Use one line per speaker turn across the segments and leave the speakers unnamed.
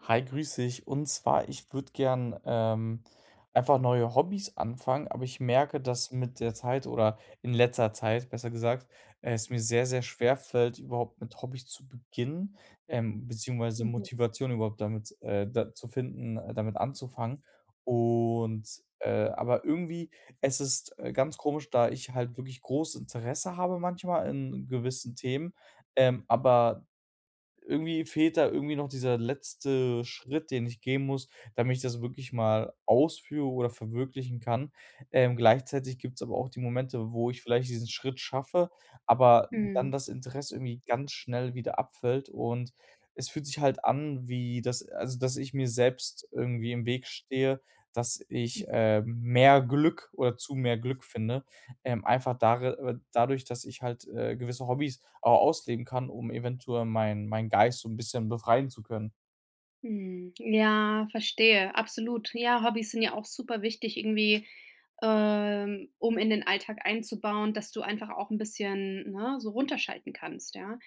Hi, grüß dich. Und zwar, ich würde gern einfach neue Hobbys anfangen, aber ich merke, dass mit der Zeit oder in letzter Zeit, besser gesagt, es mir sehr, sehr schwer fällt, überhaupt mit Hobbys zu beginnen, beziehungsweise
Mhm.
Motivation überhaupt damit zu finden, damit anzufangen. Und aber irgendwie, es ist ganz komisch, da ich halt wirklich großes Interesse habe manchmal in gewissen Themen, aber irgendwie fehlt da irgendwie noch dieser letzte Schritt, den ich gehen muss, damit ich das wirklich mal ausführe oder verwirklichen kann. Gleichzeitig gibt's aber auch die Momente, wo ich vielleicht diesen Schritt schaffe, aber dann
Mhm.
das Interesse irgendwie ganz schnell wieder abfällt, und es fühlt sich halt an, wie das also, dass ich mir selbst irgendwie im Weg stehe, dass ich, mehr Glück oder zu mehr Glück finde, einfach dare dadurch, dass ich halt, gewisse Hobbys auch ausleben kann, um eventuell meinen Geist so 'n bisschen befreien zu können.
Mhm. Ja, verstehe, absolut. Ja, Hobbys sind ja auch super wichtig irgendwie, um in den Alltag einzubauen, dass du einfach auch ein bisschen, ne, so runterschalten kannst, ja?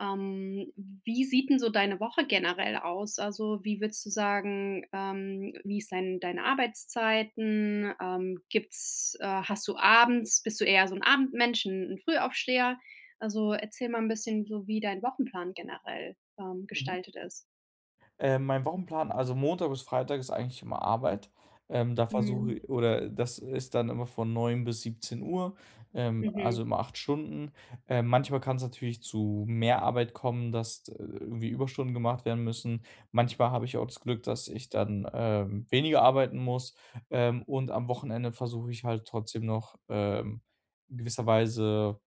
Ähm, Wie sieht denn so deine Woche generell aus? Also, wie würdest du sagen, wie ist deine Arbeitszeiten? Gibt's hast du abends bist du eher so ein Abendmensch, ein 'n Frühaufsteher? Also, erzähl mal ein bisschen so, wie dein Wochenplan generell,
Mhm.
gestaltet ist.
Mein Wochenplan, also Montag bis Freitag, ist eigentlich immer Arbeit. Da versuche
Mhm.
i oder das ist dann immer von 9 bis 17:00,
Mhm.
also immer 8 Stunden. Manchmal kann's natürlich zu mehr Arbeit kommen, dass, irgendwie Überstunden gemacht werden müssen. Manchmal habe ich auch das Glück, dass ich dann, weniger arbeiten muss. Und am Wochenende versuche ich halt trotzdem noch, in gewisser Weise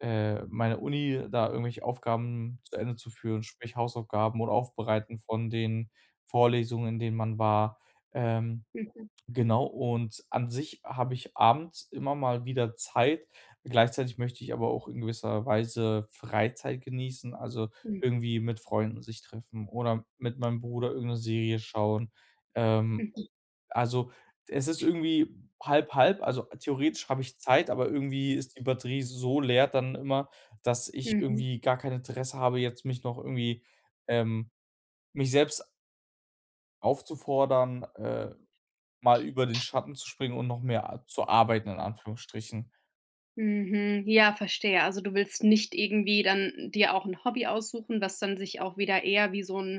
meine Uni da irgendwelche Aufgaben zu Ende zu führen, sprich Hausaufgaben oder Aufbereiten von den Vorlesungen, in denen man war. Ähm,
Mhm.
genau, und an sich habe ich abends immer mal wieder Zeit. Gleichzeitig möchte ich aber auch in gewisser Weise Freizeit genießen, also
Mhm.
irgendwie mit Freunden sich treffen oder mit meinem Bruder irgendeine Serie schauen. Ähm,
Mhm.
also, es ist irgendwie halb halb. Also, theoretisch habe ich Zeit, aber irgendwie ist die Batterie so leer dann immer, dass ich
Mhm.
irgendwie gar kein Interesse habe, jetzt mich noch irgendwie ähm, mich selbst aufzufordern, mal über den Schatten zu springen und noch mehr a zu arbeiten in Anführungsstrichen.
Mhm. Ja, verstehe. Also, du willst nicht irgendwie dann dir auch ein Hobby aussuchen, was dann sich auch wieder eher wie so ein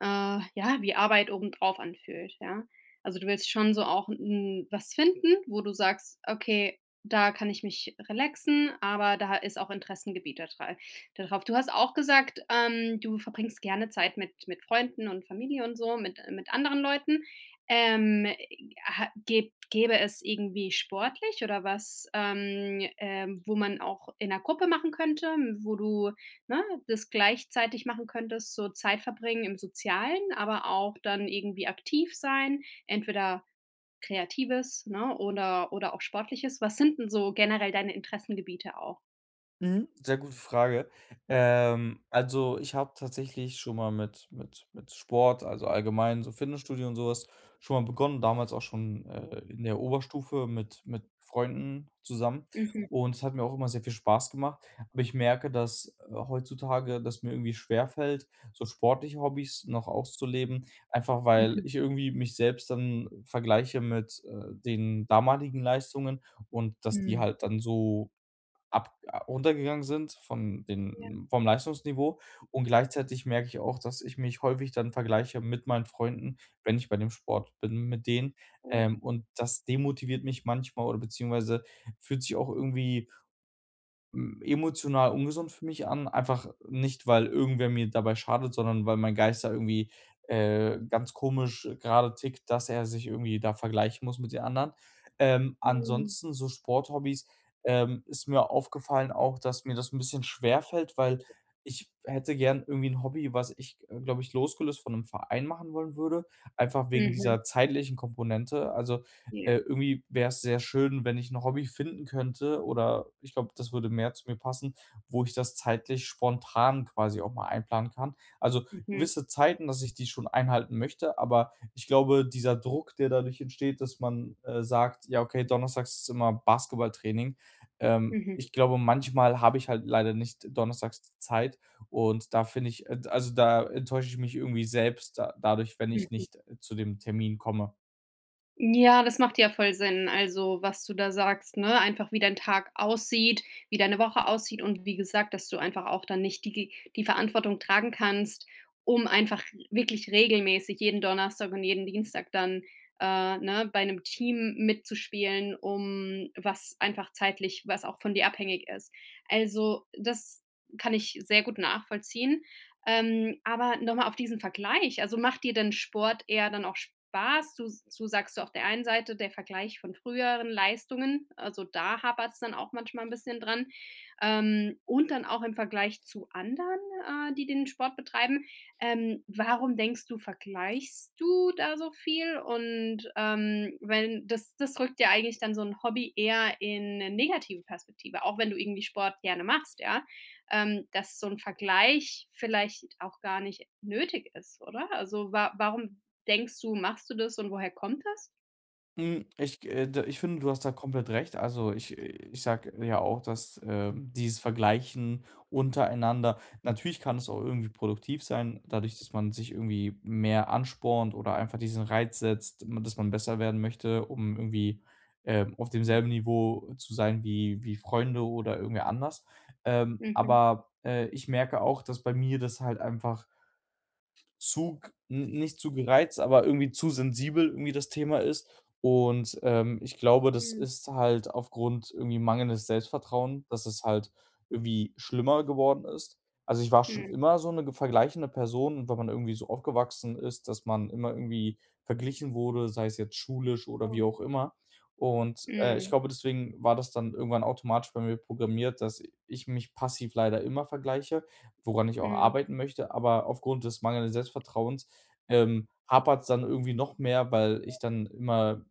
ja, wie Arbeit obendrauf anfühlt, ja? Also, du willst schon so auch 'n was finden, wo du sagst: „Okay, da kann ich mich relaxen, aber da ist auch Interessengebiet da drauf.“ Du hast auch gesagt, du verbringst gerne Zeit mit Freunden und Familie und so, mit anderen Leuten. Ähm, ha gä gäbe es irgendwie sportlich oder was, wo man auch in einer Gruppe machen könnte, wo du ne, das gleichzeitig machen könntest, so Zeit verbringen im Sozialen, aber auch dann irgendwie aktiv sein, entweder Kreatives, ne, oder auch Sportliches. Was sind denn so generell deine Interessengebiete auch?
Mhm, sehr gute Frage. Also, ich habe tatsächlich schon mal mit mit Sport, also allgemein so Fitnessstudio und sowas, schon mal begonnen, damals auch schon, in der Oberstufe mit Freunden zusammen,
Mhm,
und es hat mir auch immer sehr viel Spaß gemacht. Aber ich merke, dass, heutzutage dass mir irgendwie schwerfällt, so sportliche Hobbys noch auszuleben, einfach weil
mhm.
ich irgendwie mich selbst dann vergleiche mit, den damaligen Leistungen und dass die
Mhm.
halt dann so ab a runtergegangen sind von
Ja,
den vom Leistungsniveau, und gleichzeitig merke ich auch, dass ich mich häufig dann vergleiche mit meinen Freunden, wenn ich bei dem Sport bin mit denen,
oh,
und das demotiviert mich manchmal oder beziehungsweise fühlt sich auch irgendwie emotional ungesund für mich an, einfach nicht, weil irgendwer mir dabei schadet, sondern weil mein Geist da irgendwie, ganz komisch gerade tickt, dass er sich irgendwie da vergleichen muss mit den anderen.
mhm.
Ansonsten so Sporthobbys, ist mir aufgefallen auch, dass mir das ein bisschen schwer fällt, weil ich hätte gern irgendwie ein Hobby, was ich, glaube ich, losgelöst von einem Verein machen wollen würde, einfach wegen
Mhm,
dieser zeitlichen Komponente. Also,
ja,
irgendwie wäre es sehr schön, wenn ich ein Hobby finden könnte, oder ich glaube, das würde mehr zu mir passen, wo ich das zeitlich spontan quasi auch mal einplanen kann. Also,
mhm,
gewisse Zeiten, dass ich die schon einhalten möchte, aber ich glaube, dieser Druck, der dadurch entsteht, dass man, sagt: „Ja, okay, donnerstags ist immer Basketballtraining.“
mhm,
Ich glaube, manchmal habe ich halt leider nicht donnerstags die Zeit, und da finde ich, also, da enttäusche ich mich irgendwie selbst da dadurch, wenn ich
mhm.
nicht, zu dem Termin komme.
Ja, das macht ja voll Sinn. Also, was du da sagst, ne? Einfach wie dein Tag aussieht, wie deine Woche aussieht und wie gesagt, dass du einfach auch dann nicht die Verantwortung tragen kannst, um einfach wirklich regelmäßig jeden Donnerstag und jeden Dienstag dann, ne, bei einem Team mitzuspielen, um was einfach zeitlich was auch von dir abhängig ist. Also, das kann ich sehr gut nachvollziehen. Aber nochmal auf diesen Vergleich. Also, macht dir denn Sport eher dann auch Spaß? Du sagst so auf der einen Seite der Vergleich von früheren Leistungen, also, da hapert es dann auch manchmal ein bisschen dran. Und dann auch im Vergleich zu anderen, die den Sport betreiben. Warum denkst du, vergleichst du da so viel? Und, wenn das rückt ja eigentlich dann so ein Hobby eher in eine negative Perspektive, auch wenn du irgendwie Sport gerne machst, ja? Dass so ein Vergleich vielleicht auch gar nicht nötig ist, oder? Also, wa warum denkst du, machst du das und woher kommt das?
Ich finde, du hast da komplett recht. Also, ich sage ja auch, dass, dieses Vergleichen untereinander natürlich, kann es auch irgendwie produktiv sein, dadurch, dass man sich irgendwie mehr anspornt oder einfach diesen Reiz setzt, m dass man besser werden möchte, um irgendwie, auf demselben Niveau zu sein wie Freunde oder irgendwer anders. Ähm,
Mhm.
aber, äh, ich merke auch, dass bei mir das halt einfach zu g n nicht zu gereizt, aber irgendwie zu sensibel irgendwie das Thema ist. Und, ich glaube, das
Mhm. Ja.
ist halt aufgrund irgendwie mangelndes Selbstvertrauen, dass es halt irgendwie schlimmer geworden ist. Also, ich war
Mhm.
schon
Mhm.
immer so eine ge vergleichende Person, und wenn man irgendwie so aufgewachsen ist, dass man immer irgendwie verglichen wurde, sei es jetzt schulisch oder wie
Oh.
auch immer. Und, ich
Mhm.
glaube, deswegen war das dann irgendwann automatisch bei mir programmiert, dass ich mich passiv leider immer vergleiche, woran ich auch
Mhm.
arbeiten möchte, aber aufgrund des mangelnden Selbstvertrauens, hapert's dann irgendwie noch mehr, weil ich dann immer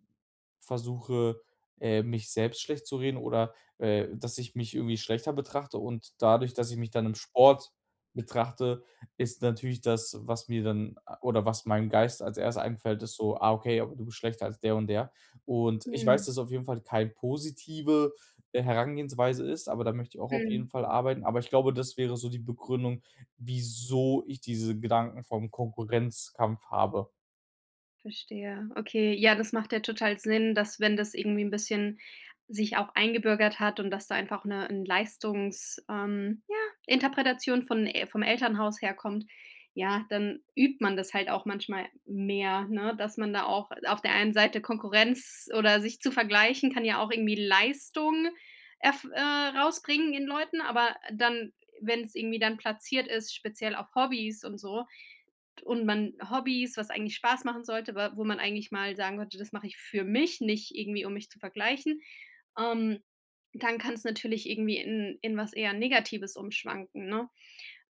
versuche, mich selbst schlecht zu reden oder, dass ich mich irgendwie schlechter betrachte, und dadurch, dass ich mich dann im Sport betrachte, ist natürlich das, was mir dann oder was meinem Geist als Erstes einfällt, ist so: „Ah, okay, aber du bist schlechter als der und der.“ Und ich weiß,
Mhm.
dass es auf jeden Fall keine positive, Herangehensweise ist, aber da möchte ich auch auf jeden
Mhm.
Fall arbeiten. Aber ich glaube, das wäre so die Begründung, wieso ich diese Gedanken vom Konkurrenzkampf habe.
Verstehe. Okay, ja, das macht ja total Sinn, dass wenn das irgendwie ein bisschen sich auch eingebürgert hat und dass da einfach eine 'n Leistungs ja, Interpretation von e vom Elternhaus herkommt, ja, dann übt man das halt auch manchmal mehr, ne, dass man da auch auf der einen Seite Konkurrenz oder sich zu vergleichen kann ja auch irgendwie Leistung erf rausbringen in Leuten, aber dann, wenn es irgendwie dann platziert ist, speziell auf Hobbys und so, und man Hobbys, was eigentlich Spaß machen sollte, wa wo man eigentlich mal sagen sollte: „Das mache ich für mich, nicht irgendwie, um mich zu vergleichen“, ähm, dann kann es natürlich irgendwie in was eher Negatives umschwanken, ne?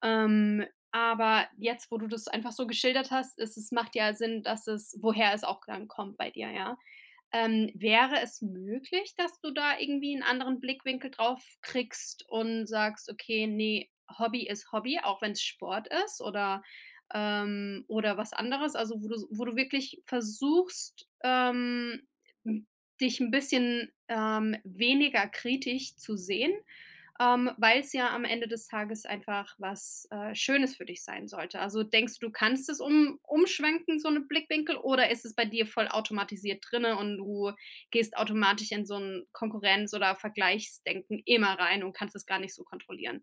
Ähm, aber jetzt, wo du das einfach so geschildert hast, ist es macht ja Sinn, dass es woher es auch dann kommt bei dir, ja. Wäre es möglich, dass du da irgendwie einen anderen Blickwinkel drauf kriegst und sagst: „Okay, nee, Hobby ist Hobby, auch wenn es Sport ist oder was anderes?“ Also, wo du wirklich versuchst, hm, dich ein bisschen, weniger kritisch zu sehen? Weil es ja am Ende des Tages einfach was, Schönes für dich sein sollte. Also, denkst du, du kannst es um umschwenken, so einen Blickwinkel, oder ist es bei dir voll automatisiert drinne und du gehst automatisch in so ein Konkurrenz oder Vergleichsdenken immer rein und kannst es gar nicht so kontrollieren?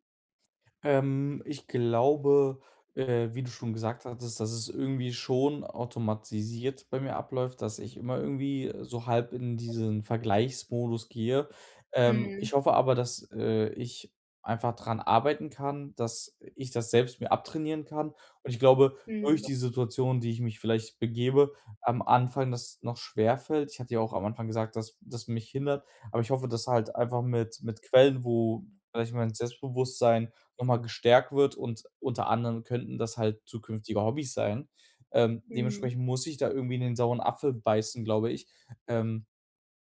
Ich glaube, wie du schon gesagt hattest, dass es irgendwie schon automatisiert bei mir abläuft, dass ich immer irgendwie so halb in diesen Vergleichsmodus gehe.
Mhm,
Ich hoffe aber, dass, ich einfach dran arbeiten kann, dass ich das selbst mir abtrainieren kann. Und ich glaube, durch
mhm,
die Situation, die ich mich vielleicht begebe, am Anfang das noch schwer fällt. Ich hatte ja auch am Anfang gesagt, dass das mich hindert, aber ich hoffe, dass halt einfach mit Quellen, wo vielleicht mein Selbstbewusstsein nochmal gestärkt wird, und unter anderem könnten das halt zukünftige Hobbys sein.
mhm,
Dementsprechend muss ich da irgendwie in den sauren Apfel beißen, glaube ich. Ähm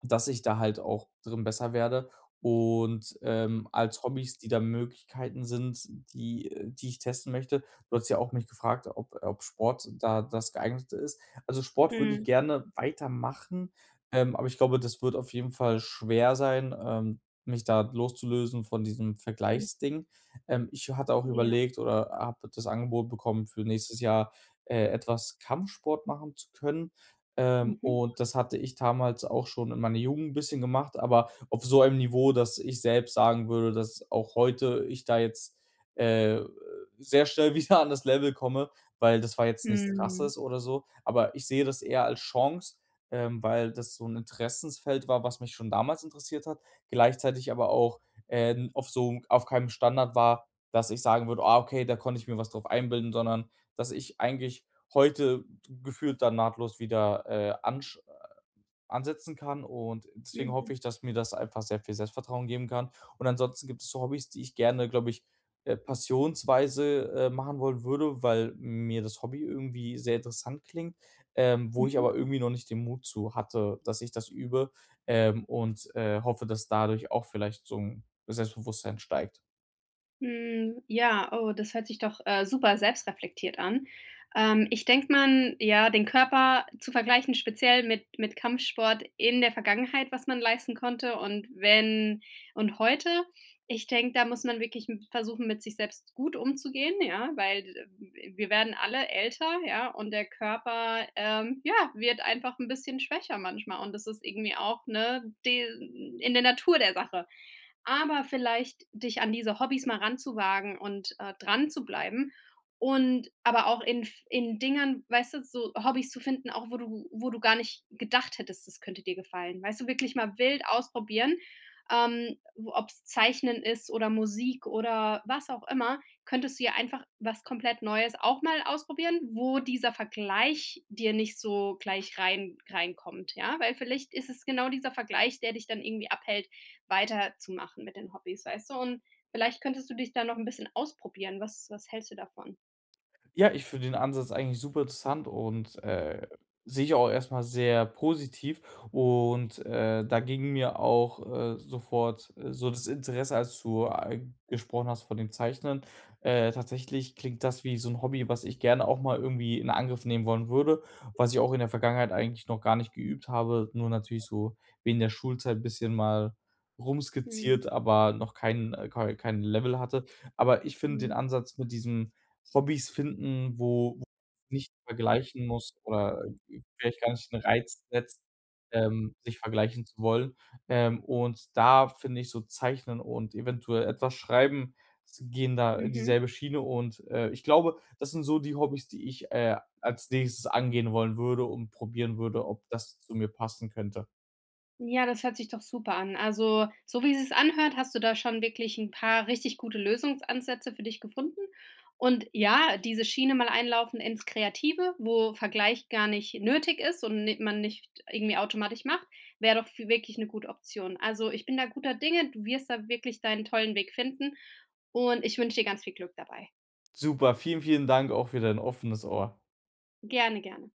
Dass ich da halt auch drin besser werde, und, als Hobbys, die da Möglichkeiten sind, die die ich testen möchte, du hast ja auch mich gefragt, ob ob Sport da das Geeignete ist. Also, Sport würde ich
mhm,
gerne weitermachen, aber ich glaube, das wird auf jeden Fall schwer sein, mich da loszulösen von diesem
mhm,
Vergleichsding. Ich hatte auch
ja,
überlegt oder habe das Angebot bekommen, für nächstes Jahr, etwas Kampfsport machen zu können.
mhm,
Und das hatte ich damals auch schon in meiner Jugend ein bisschen gemacht, aber auf so einem Niveau, dass ich selbst sagen würde, dass auch heute ich da jetzt, äh, sehr schnell wieder an das Level komme, weil das war jetzt nichts
mhm,
Krasses oder so. Aber ich sehe das eher als Chance, weil das so ein Interessensfeld war, was mich schon damals interessiert hat, gleichzeitig aber auch, n auf so auf keinem Standard war, dass ich sagen würde: „Ah, okay, da konnte ich mir was drauf einbilden“, sondern dass ich eigentlich heute gefühlt dann nahtlos wieder, ansch ansetzen kann, und deswegen hoffe
mhm,
ich, dass mir das einfach sehr viel Selbstvertrauen geben kann. Und ansonsten gibt es so Hobbys, die ich gerne, glaube ich, passionsweise, machen wollen würde, weil mir das Hobby irgendwie sehr interessant klingt, wo ich
mhm.
aber irgendwie noch nicht den Mut zu hatte, dass ich das übe, und, hoffe, dass dadurch auch vielleicht so ein Selbstbewusstsein steigt.
Hm, ja, oh, das hört sich doch, super selbstreflektiert an. Ich denke, man ja, den Körper zu vergleichen, speziell mit Kampfsport in der Vergangenheit, was man leisten konnte und wenn und heute. Ich denke, da muss man wirklich m versuchen, mit sich selbst gut umzugehen, ja, weil, wir werden alle älter, ja, und der Körper, ja, wird einfach ein bisschen schwächer manchmal und das ist irgendwie auch, ne, de in der Natur der Sache, aber vielleicht dich an diese Hobbys mal ranzuwagen und, dran zu bleiben und aber auch in Dingern, weißt du, so Hobbys zu finden, auch wo du gar nicht gedacht hättest, das könnte dir gefallen. Weißt du, wirklich mal wild ausprobieren, w ob's Zeichnen ist oder Musik oder was auch immer, könntest du ja einfach was komplett Neues auch mal ausprobieren, wo dieser Vergleich dir nicht so gleich reinkommt, ja? Weil vielleicht ist es genau dieser Vergleich, der dich dann irgendwie abhält, weiterzumachen mit den Hobbys, weißt du? Und vielleicht könntest du dich da noch ein bisschen ausprobieren. Was hältst du davon?
Ja, ich finde den Ansatz eigentlich super interessant, und, sehe ich auch erstmal sehr positiv, und, da ging mir auch, sofort, so das Interesse, als du, gesprochen hast von dem Zeichnen. Tatsächlich klingt das wie so ein Hobby, was ich gerne auch mal irgendwie in Angriff nehmen wollen würde, was ich auch in der Vergangenheit eigentlich noch gar nicht geübt habe, nur natürlich so während der Schulzeit ein bisschen mal
Mhm,
rumskizziert, aber noch kein, kein Level hatte. Aber ich finde den
mhm,
Ansatz mit diesem Hobbys finden, wo nicht vergleichen muss oder vielleicht gar nicht den Reiz setzt, sich vergleichen zu wollen. Und da finde ich so Zeichnen und eventuell etwas Schreiben, s gehen da
mhm.
dieselbe Schiene, und, ich glaube, das sind so die Hobbys, die ich, als nächstes angehen wollen würde und probieren würde, ob das zu mir passen könnte.
Ja, das hört sich doch super an. Also, so wie es sich anhört, hast du da schon wirklich ein paar richtig gute Lösungsansätze für dich gefunden. Und ja, diese Schiene mal einlaufen ins Kreative, wo Vergleich gar nicht nötig ist und ni man nicht irgendwie automatisch macht, wäre doch vi wirklich eine gute Option. Also, ich bin da guter Dinge, du wirst da wirklich deinen tollen Weg finden und ich wünsche dir ganz viel Glück dabei.
Super, vielen, vielen Dank auch für dein offenes Ohr.
Gerne, gerne.